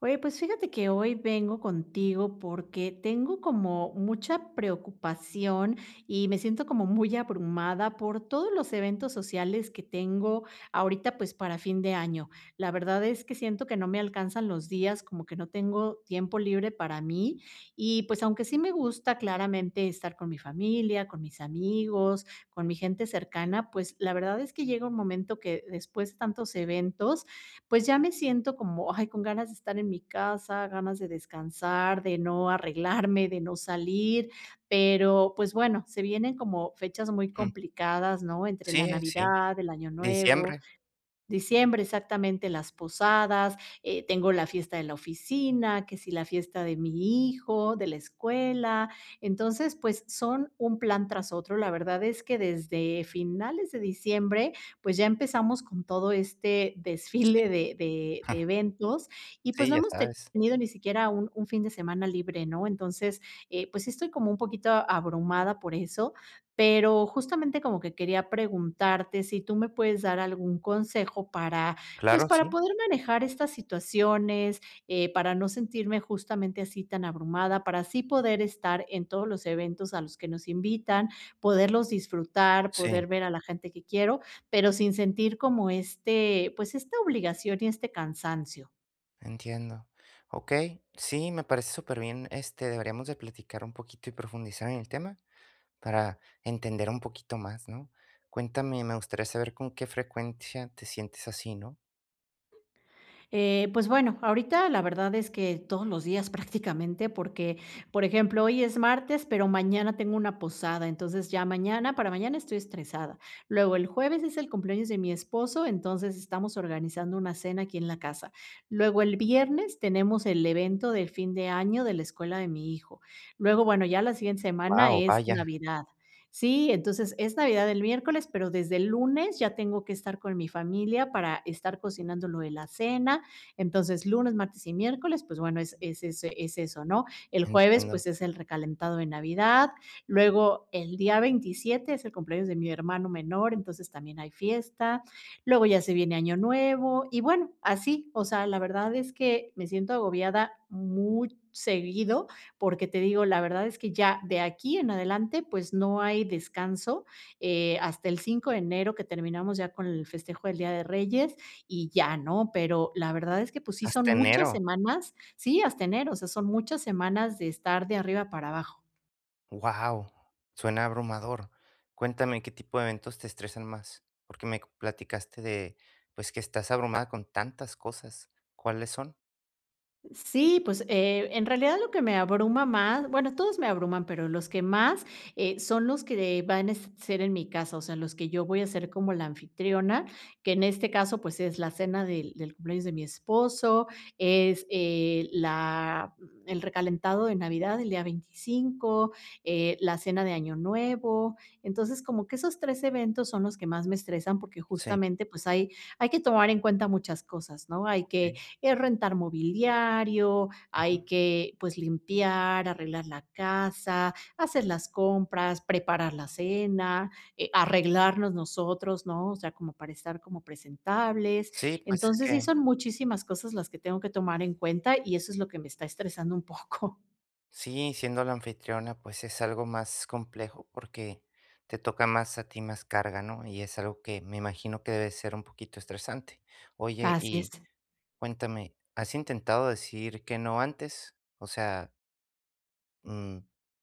Oye, pues fíjate que hoy vengo contigo porque tengo como mucha preocupación y me siento como muy abrumada por todos los eventos sociales que tengo ahorita pues para fin de año. La verdad es que siento que no me alcanzan los días, como que no tengo tiempo libre para mí y pues aunque sí me gusta claramente estar con mi familia, con mis amigos, con mi gente cercana, pues la verdad es que llega un momento que después de tantos eventos, pues ya me siento como, ay, con ganas de estar en mi casa, ganas de descansar, de no arreglarme, de no salir, pero pues bueno, se vienen como fechas muy Ujú. complicadas, ¿no? Entre la Sí, sí, Navidad, el Año Nuevo, diciembre, diciembre, exactamente, las posadas, tengo la fiesta de la oficina, que si la fiesta de mi hijo, de la escuela. Entonces, pues son un plan tras otro. La verdad es que desde finales de diciembre, pues ya empezamos con todo este sí, desfile de, de- de eventos y pues sí, no ya hemos sabes. tenido ni siquiera un fin de semana libre, ¿no? Entonces, pues sí estoy como un poquito abrumada por eso, pero justamente como que quería preguntarte si tú me puedes dar algún consejo para, pues, Claro, para sí, poder manejar estas situaciones, para no sentirme justamente así tan abrumada, para así poder estar en todos los eventos a los que nos invitan, poderlos disfrutar, sí, poder ver a la gente que quiero, pero sin sentir como este, pues esta obligación y este cansancio. entiendo. Okey, sí, me parece súper bien, deberíamos de platicar un poquito y profundizar en el tema para entender un poquito más, ¿no? Cuéntame, me gustaría saber con qué frecuencia te sientes así, ¿no? Pues bueno, ahorita la verdad es que todos los días prácticamente, porque, por ejemplo, hoy es martes, pero mañana tengo una posada, entonces ya mañana, para mañana estoy estresada. Luego el jueves es el cumpleaños de mi esposo, entonces estamos organizando una cena aquí en la casa. Luego el viernes tenemos el evento del fin de año de la escuela de mi hijo. Luego, bueno, ya la siguiente semana Wow, es vaya, Navidad. Sí, entonces es Navidad el miércoles, pero desde el lunes ya tengo que estar con mi familia para estar cocinando lo de la cena. Entonces, lunes, martes y miércoles, pues bueno, es eso, ¿no? El jueves, entiendo. pues es el recalentado de Navidad. Luego, el día 27 es el cumpleaños de mi hermano menor, entonces también hay fiesta. Luego ya se viene Año Nuevo y bueno, así, o sea, la verdad es que me siento agobiada muy seguido, porque te digo, la verdad es que ya de aquí en adelante, pues no hay descanso hasta el 5 de enero que terminamos ya con el festejo del Día de Reyes y ya, ¿no? Pero la verdad es que, pues sí, son Hasta muchas enero. semanas, sí, hasta enero, o sea, son muchas semanas de estar de arriba para abajo. Wow, suena abrumador. Cuéntame qué tipo de eventos te estresan más, porque me platicaste de, pues, que estás abrumada con tantas cosas. ¿Cuáles son? Sí, pues, en realidad lo que me abruma más, bueno, todos me abruman, pero los que más, son los que van a ser en mi casa, o sea, los que yo voy a ser como la anfitriona, que en este caso, pues, es la cena del cumpleaños de mi esposo, es, la el recalentado de Navidad el día 25, la cena de Año Nuevo. Entonces, como que esos 3 eventos son los que más me estresan, porque Sí, justamente, pues, hay que tomar en cuenta muchas cosas, ¿no? Hay que okey, es rentar mobiliario, hay ujú. que pues limpiar, arreglar la casa, hacer las compras, preparar la cena, arreglarnos nosotros, ¿no? O sea, como para estar como presentables. Sí, pues, es Entonces, sí que son muchísimas cosas las que tengo que tomar en cuenta y eso es lo que me está estresando un poco. sí, siendo la anfitriona, pues, es algo más complejo porque te toca más a ti más carga, ¿no? Y es algo que me imagino que debe ser un poquito estresante. Oye, Así es. y cuéntame, ¿has intentado decir que no antes? O sea, mm,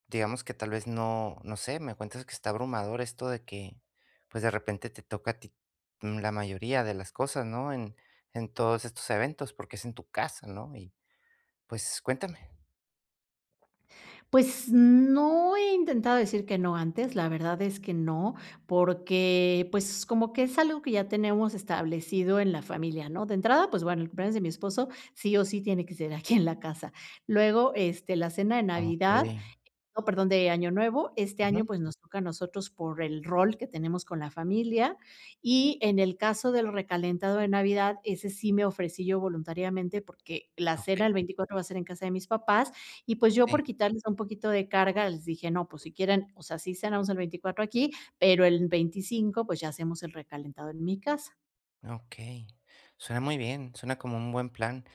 digamos que tal vez no, no sé, me cuentas que está abrumador esto de que, pues de repente te toca a ti la mayoría de las cosas, ¿no? En todos estos eventos, porque es en tu casa, ¿no? Y pues cuéntame. Pues no he intentado decir que no antes, la verdad es que no, porque, pues, como que es algo que ya tenemos establecido en la familia, ¿no? De entrada, pues bueno, el cumpleaños de mi esposo sí o sí tiene que ser aquí en la casa. Luego, este, la cena de Navidad, Ok, no, perdón, de Año Nuevo. Este año, ujú. pues, nos toca a nosotros por el rol que tenemos con la familia. Y en el caso del recalentado de Navidad, ese sí me ofrecí yo voluntariamente, porque la Ok, cena el 24 va a ser en casa de mis papás, y, pues, yo sí, por quitarles un poquito de carga, les dije: "No, pues, si quieren, o sea, sí cenamos el 24 aquí, pero el 25, pues, ya hacemos el recalentado en mi casa". ok. Suena muy bien, suena como un buen plan.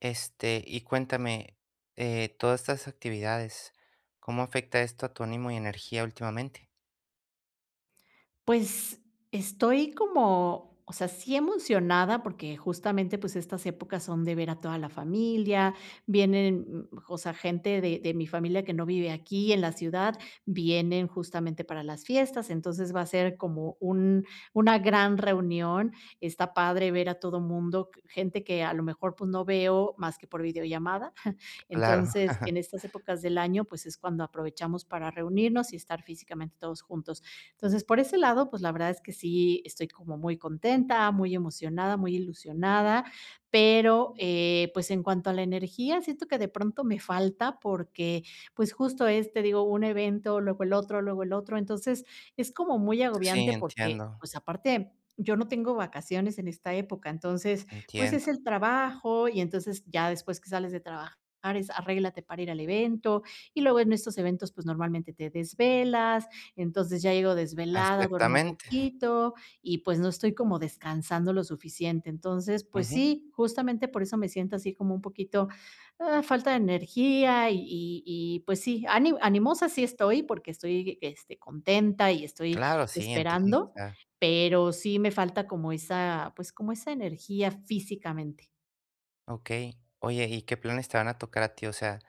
Este, y cuéntame, todas estas actividades, ¿cómo afecta esto a tu ánimo y energía últimamente? Pues, estoy como, o sea, sí emocionada, porque justamente, pues, estas épocas son de ver a toda la familia, vienen, o sea, gente de mi familia que no vive aquí en la ciudad, vienen justamente para las fiestas, entonces va a ser como un una gran reunión. Está padre ver a todo mundo, gente que a lo mejor, pues, no veo más que por videollamada, Claro, entonces, en estas épocas del año, pues es cuando aprovechamos para reunirnos y estar físicamente todos juntos. Entonces, por ese lado, pues la verdad es que sí estoy como muy contenta, muy emocionada, muy ilusionada, pero, pues en cuanto a la energía, siento que de pronto me falta porque, pues justo es, te digo, un evento, luego el otro, luego el otro. Entonces, es como muy sí, agobiante porque, entiendo, pues aparte, yo no tengo vacaciones en esta época, entonces, pues es entiendo. el trabajo y entonces ya después que sales de trabajar bares, arréglate para ir al evento, y luego en estos eventos, pues, normalmente te desvelas, entonces ya llego desvelada, duermo Exactamente. poquito y, pues, no estoy como descansando lo suficiente. Entonces, pues Ujú. sí, justamente por eso me siento así como un poquito, falta de energía y, pues sí, animosa sí estoy porque estoy, este, contenta y estoy Claro, sí, entiendo, o esperando, sea, pero sí me falta como esa, pues, como esa energía físicamente okey. Oye, ¿y qué planes te van a tocar a ti? O sea,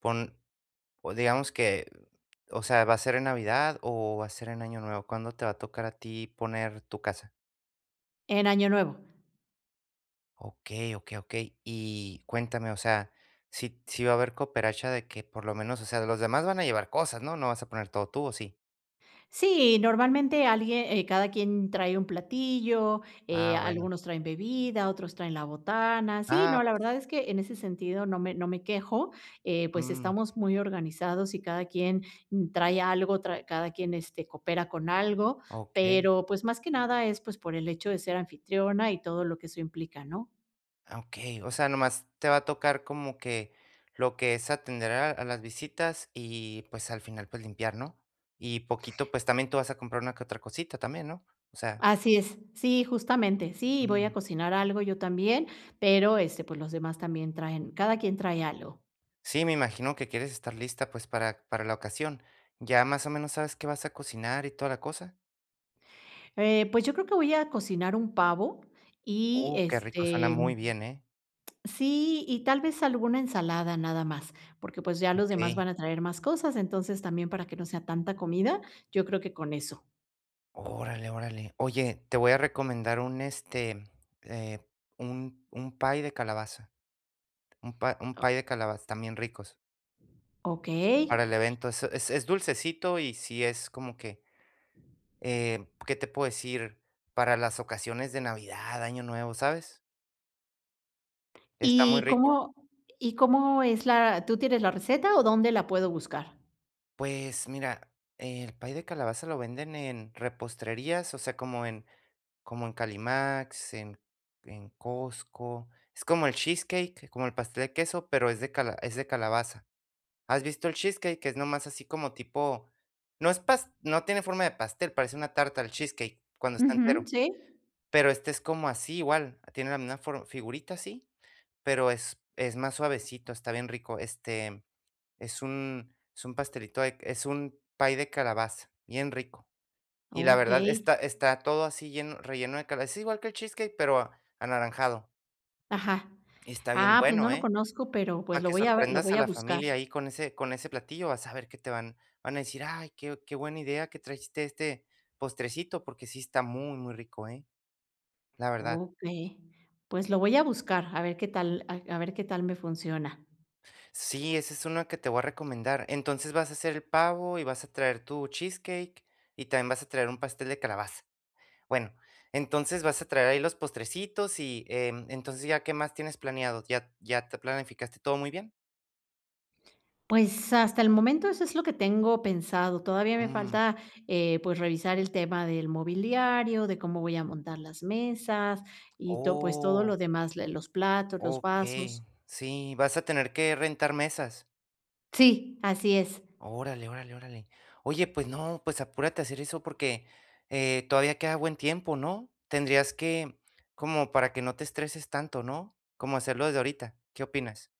pon o digamos que, o sea, ¿va a ser en Navidad o va a ser en Año Nuevo? ¿Cuándo te va a tocar a ti poner tu casa? en Año Nuevo. Okey, okey, okey. Y cuéntame, o sea, si va a haber cooperacha de que por lo menos, o sea, los demás van a llevar cosas, ¿no? ¿No vas a poner todo tú, o sí? Sí, normalmente alguien, cada quien trae un platillo, Ah, bueno. algunos traen bebida, otros traen la botana. Sí, Ah, no, la verdad pues, es que en ese sentido no me quejo, pues mm, estamos muy organizados y cada quien trae algo, cada quien este, coopera con algo, okey. pero pues más que nada es pues por el hecho de ser anfitriona y todo lo que eso implica, ¿no? Ah, okey, o sea, nomás te va a tocar como que lo que es atender a las visitas y, pues, al final, pues, limpiar, ¿no? Y poquito, pues, también tú vas a comprar una que otra cosita también, ¿no? O sea, Así es, sí, justamente, sí, voy a mm, cocinar algo yo también, pero este, pues los demás también traen, cada quien trae algo. sí, me imagino que quieres estar lista, pues, para la ocasión. ¿Ya más o menos sabes qué vas a cocinar y toda la cosa? Pues yo creo que voy a cocinar un pavo y, Qué rico, suena este, muy bien, ¿eh? sí, y tal vez alguna ensalada nada más, porque, pues, ya los demás Okey. van a traer más cosas, entonces también para que no sea tanta comida, yo creo que con eso. Órale, órale. Oye, te voy a recomendar un, eh, un pie de calabaza, un pie de calabaza, también ricos. O okey. Para el evento, es dulcecito y sí es como que, ¿qué te puedo decir? Para las ocasiones de Navidad, Año Nuevo, ¿sabes? Está muy ¿Y rico. cómo y cómo es la tú tienes la receta o dónde la puedo buscar? Pues mira, el pay de calabaza lo venden en reposterías, o sea, como en como en Calimax, en Costco. Es como el cheesecake, como el pastel de queso, pero es de cala es de calabaza. ¿Has visto el cheesecake? Que es nomás así como tipo no tiene forma de pastel, parece una tarta el cheesecake cuando está Ujú, entero. sí. Pero este es como así igual, tiene la misma for figurita así, pero es más suavecito, está bien rico. Este, es un pastelito de es un pay de calabaza, bien rico. Y la verdad Okey. Está todo así lleno relleno de calabaza, es igual que el cheesecake, pero a anaranjado. Ajá. Y está bien Ah, pues no bueno, lo ¿eh? conozco, pero, pues, Para lo que voy a lo sorprendas voy a a la buscar. familia ahí con ese platillo, vas a ver que te van van a decir: "Ay, qué buena idea que trajiste este postrecito", porque sí está muy, muy rico, ¿eh? La verdad. Okey, pues lo voy a buscar, a ver qué tal a ver qué tal me funciona. Sí, esa es una que te voy a recomendar. Entonces vas a hacer el pavo y vas a traer tu cheesecake y también vas a traer un pastel de calabaza. Bueno, entonces vas a traer ahí los postrecitos y entonces ya qué más tienes planeado, ya, ya te planificaste todo muy bien. Pues hasta el momento eso es lo que tengo pensado. Todavía me Mm, falta, pues revisar el tema del mobiliario, de cómo voy a montar las mesas y to pues todo oh, lo demás, le los platos, los ok. vasos. Sí, vas a tener que rentar mesas. Sí, así es. Órale, órale, órale. Oye, pues no, pues apúrate a hacer eso porque todavía queda buen tiempo, ¿no? Tendrías que, como para que no te estreses tanto, ¿no? Como hacerlo desde ahorita. ¿Qué opinas?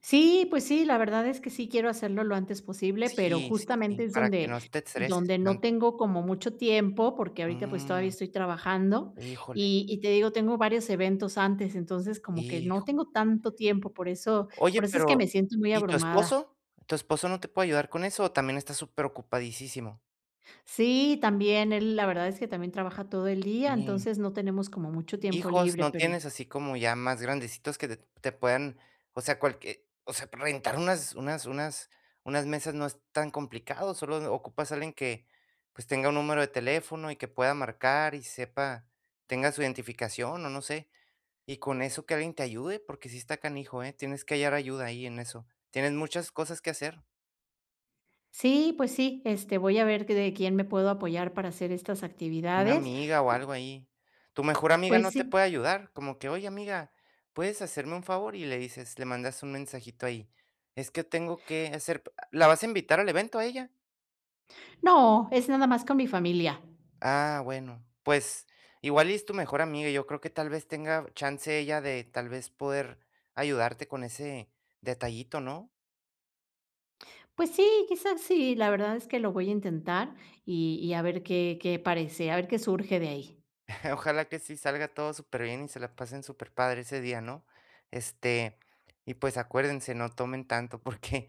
Sí, pues sí, la verdad es que sí quiero hacerlo lo antes posible, pero Sí, sí, justamente sí, es para que donde no te estreses donde no tanto. tengo como mucho tiempo, porque ahorita, pues, todavía Mm, estoy trabajando, híjole, y te digo, tengo varios eventos antes, entonces, como que no hijo. tengo tanto tiempo, por eso Oye, por eso es que me pero siento muy ¿y tu abrumada. esposo? ¿Tu esposo no te puede ayudar con eso o también está súper ocupadísimo? Sí, también él, la verdad es que también trabaja todo el día, entonces no tenemos como mucho tiempo Hijos, libre, ¿no pero tienes así como ya más grandecitos que te puedan, o sea, cualquier o sea, rentar unas mesas no es tan complicado, solo ocupas a alguien que, pues, tenga un número de teléfono y que pueda marcar y sepa, tenga su identificación o no sé, y con eso que alguien te ayude, porque si está canijo, ¿eh? Tienes que hallar ayuda ahí en eso. Tienes muchas cosas que hacer. sí, pues sí, este, voy a ver que de quién me puedo apoyar para hacer estas Una actividades amiga o y algo ahí. Tu mejor amiga pues no te sí. puede ayudar, como que: "Oye, amiga, ¿puedes hacerme un favor?" Y le mandas un mensajito ahí: "Es que tengo que hacer". ¿La vas a invitar al evento a ella? No, es nada más con mi familia. Ah, bueno, pues, igual y es tu mejor amiga, yo creo que tal vez tenga chance ella de, tal vez, poder ayudarte con ese detallito, ¿no? Pues sí, quizás sí, la verdad es que lo voy a intentar y a ver qué parece, a ver qué surge de ahí. Ojalá que sí salga todo súper bien y se la pasen súper padre ese día, ¿no? Este, y pues acuérdense, no tomen tanto porque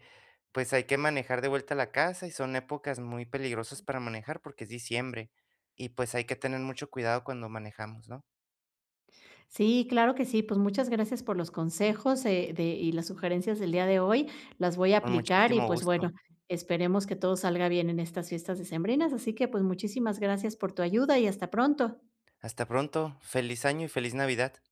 pues hay que manejar de vuelta a la casa y son épocas muy peligrosas para manejar porque es diciembre y pues hay que tener mucho cuidado cuando manejamos, ¿no? Sí, claro que sí, pues muchas gracias por los consejos, de y las sugerencias del día de hoy, las voy a Con aplicar y, muchísimo pues, bueno, gusto. esperemos que todo salga bien en estas fiestas decembrinas, así que, pues, muchísimas gracias por tu ayuda y hasta pronto. Hasta pronto, feliz año y feliz Navidad.